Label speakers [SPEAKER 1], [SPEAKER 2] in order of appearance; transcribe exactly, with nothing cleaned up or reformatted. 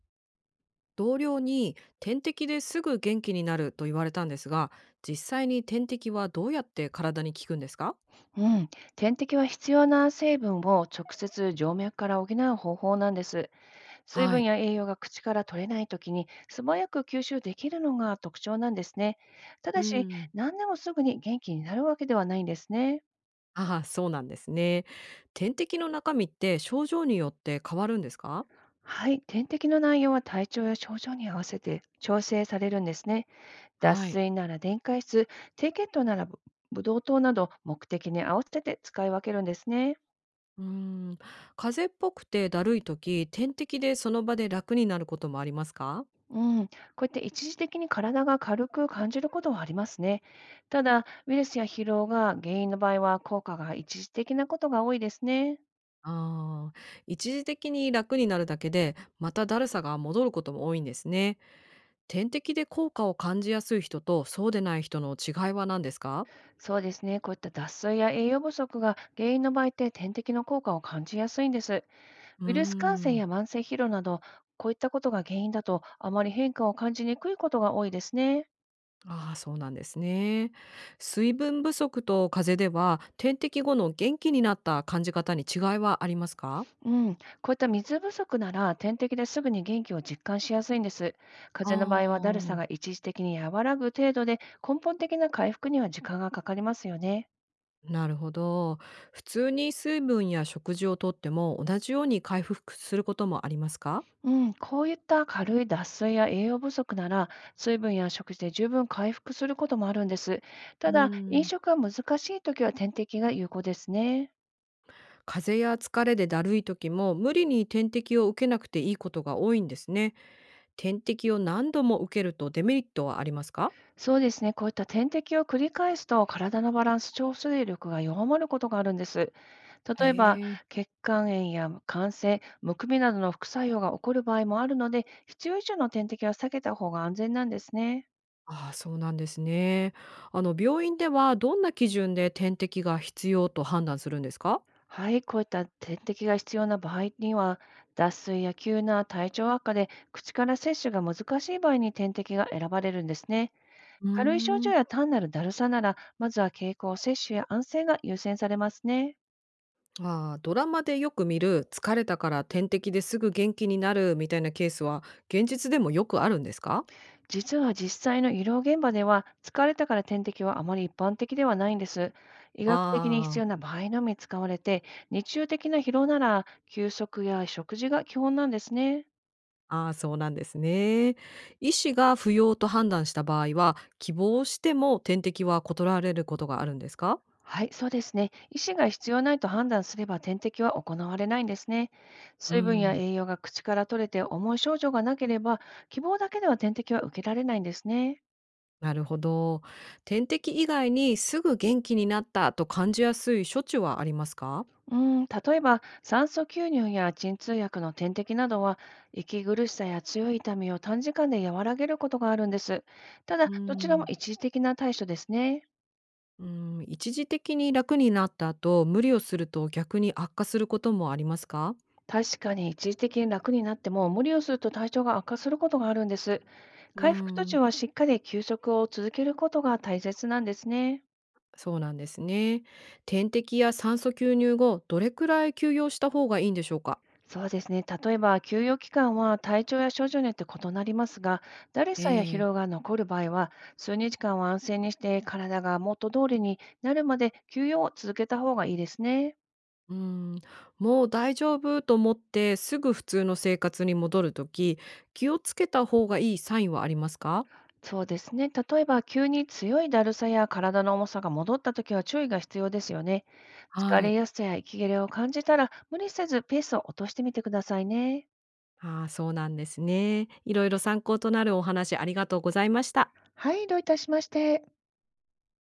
[SPEAKER 1] 同僚に点滴ですぐ元気になると言われたんですが、実際に点滴はどうやって体に効くんですか？
[SPEAKER 2] うん、点滴は必要な成分を直接静脈から補う方法なんです。水
[SPEAKER 1] は
[SPEAKER 2] 分
[SPEAKER 1] い。
[SPEAKER 2] や栄養が口から取れないときに素早く吸収できるのが特徴なんですね。た
[SPEAKER 1] う
[SPEAKER 2] だし、
[SPEAKER 1] ん。
[SPEAKER 2] 何でもすぐに元気になるわけではないんですね。
[SPEAKER 1] ああ、そうなんですね。点滴の中身って症状によって変わるんですか？
[SPEAKER 2] はい、点滴の内容は体調や症状に合わせて調整されるんですね。脱
[SPEAKER 1] はい。
[SPEAKER 2] 水なら電解質、低血糖ならぶブドウ糖など目的に合わせて使い分けるんですね。
[SPEAKER 1] うん。風邪っぽくてだるい時、点滴でその場で楽になることもありますか？
[SPEAKER 2] うん、こうやって一時的に体が軽く感じることはありますね。ただ、ウイルスや疲労が原因の場合は効果が一時的なことが多いですね。
[SPEAKER 1] ああ、一時的に楽になるだけで、まただるさが戻ることも多いんですね。点滴で効果を感じやすい人とそうでない人の違いは何ですか？
[SPEAKER 2] そうですね、こういった脱水や栄養不足が原因の場合って点滴の効果を感じやすいんです。
[SPEAKER 1] うー
[SPEAKER 2] ウイルス感染
[SPEAKER 1] ん。
[SPEAKER 2] や慢性疲労など、こういったことが原因だとあまり変化を感じにくいことが多いですね。
[SPEAKER 1] ああ、そうなんですね。水分不足と風邪では、点滴後の元気になった感じ方に違いはありますか？
[SPEAKER 2] うん、こういった水不足なら点滴ですぐに元気を実感しやすいんです。
[SPEAKER 1] あ
[SPEAKER 2] 風邪の場合はだるさ
[SPEAKER 1] あ、
[SPEAKER 2] が一時的に和らぐ程度で、根本的な回復には時間がかかりますよね。
[SPEAKER 1] なるほど。普通に水分や食事をとっても同じように回復することもありますか？
[SPEAKER 2] うん、こういった軽い脱水や栄養不足なら、水分や食事で十分回復することもあるんです。た
[SPEAKER 1] う
[SPEAKER 2] だ、飲
[SPEAKER 1] ん。
[SPEAKER 2] 食が難しいときは点滴が有効ですね。
[SPEAKER 1] 風邪や疲れでだるい時も無理に点滴を受けなくていいことが多いんですね。点滴を何度も受けるとデメリットはありますか？
[SPEAKER 2] そうですね、こういった点滴を繰り返すと体のバランス調整力が弱まることがあるんです。
[SPEAKER 1] へ
[SPEAKER 2] 例えば、
[SPEAKER 1] え。
[SPEAKER 2] 血管炎や感染、むくみなどの副作用が起こる場合もあるので、必要以上の点滴は避けた方が安全なんですね。
[SPEAKER 1] ああ、そうなんですね。あの病院ではどんな基準で点滴が必要と判断するんですか？
[SPEAKER 2] はい、こういった点滴が必要な場合には、脱水や急な体調悪化で口から摂取が難しい場合に点滴が選ばれるんですね。
[SPEAKER 1] うー
[SPEAKER 2] 軽い症状
[SPEAKER 1] ん。
[SPEAKER 2] や単なるだるさなら、まずは経口摂取や安静が優先されますね。
[SPEAKER 1] ああ、ドラマでよく見る疲れたから点滴ですぐ元気になるみたいなケースは現実でもよくあるんですか？
[SPEAKER 2] 実は実際の医療現場では、疲れたから点滴はあまり一般的ではないんです。医学的に必
[SPEAKER 1] あ
[SPEAKER 2] 要
[SPEAKER 1] あ、
[SPEAKER 2] な場合のみ使われて、日中的な疲労なら休息や食事が基本なんですね。
[SPEAKER 1] ああ、そうなんですね。医師が不要と判断した場合は、希望しても点滴は断られることがあるんですか？
[SPEAKER 2] はい、そうですね。医師が必要ないと判断すれば点滴は行われないんですね。
[SPEAKER 1] う
[SPEAKER 2] 水分や
[SPEAKER 1] ん。
[SPEAKER 2] 栄養が口から取れて重い症状がなければ、希望だけでは点滴は受けられないんですね。
[SPEAKER 1] なるほど。点滴以外にすぐ元気になったと感じやすい処置はありますか？
[SPEAKER 2] うん、例えば酸素吸入や鎮痛薬の点滴などは、息苦しさや強い痛みを短時間で和らげることがあるんです。ただ、
[SPEAKER 1] う
[SPEAKER 2] どちらも
[SPEAKER 1] ん。
[SPEAKER 2] 一時的な対処ですね。
[SPEAKER 1] うん、一時的に楽になった後、無理をすると逆に悪化することもありますか？
[SPEAKER 2] 確かに一時的に楽になっても無理をすると体調が悪化することがあるんです。
[SPEAKER 1] う
[SPEAKER 2] 回復途中
[SPEAKER 1] ん、
[SPEAKER 2] はしっかり休息を続けることが大切なんですね。
[SPEAKER 1] そうなんですね。点滴や酸素吸入後、どれくらい休養した方がいいんでしょうか？
[SPEAKER 2] そうですね。例えば、休養期間は体調や症状によって異なりますが、だる
[SPEAKER 1] え
[SPEAKER 2] さや疲労
[SPEAKER 1] え。
[SPEAKER 2] が残る場合は、数日間は安静にして体が元通りになるまで休養を続けた方がいいですね。
[SPEAKER 1] うん、もう大丈夫と思ってすぐ普通の生活に戻るとき、気をつけた方がいいサインはありますか？
[SPEAKER 2] そうですね。例えば、急に強いだるさや体の重さが戻ったときは注意が必要ですよね。疲
[SPEAKER 1] は
[SPEAKER 2] れ
[SPEAKER 1] い。
[SPEAKER 2] やすさや息切れを感じたら、無理せずペースを落としてみてくださいね。
[SPEAKER 1] ああ、そうなんですね。いろいろ参考となるお話ありがとうございました。
[SPEAKER 2] はい、どういたしまして。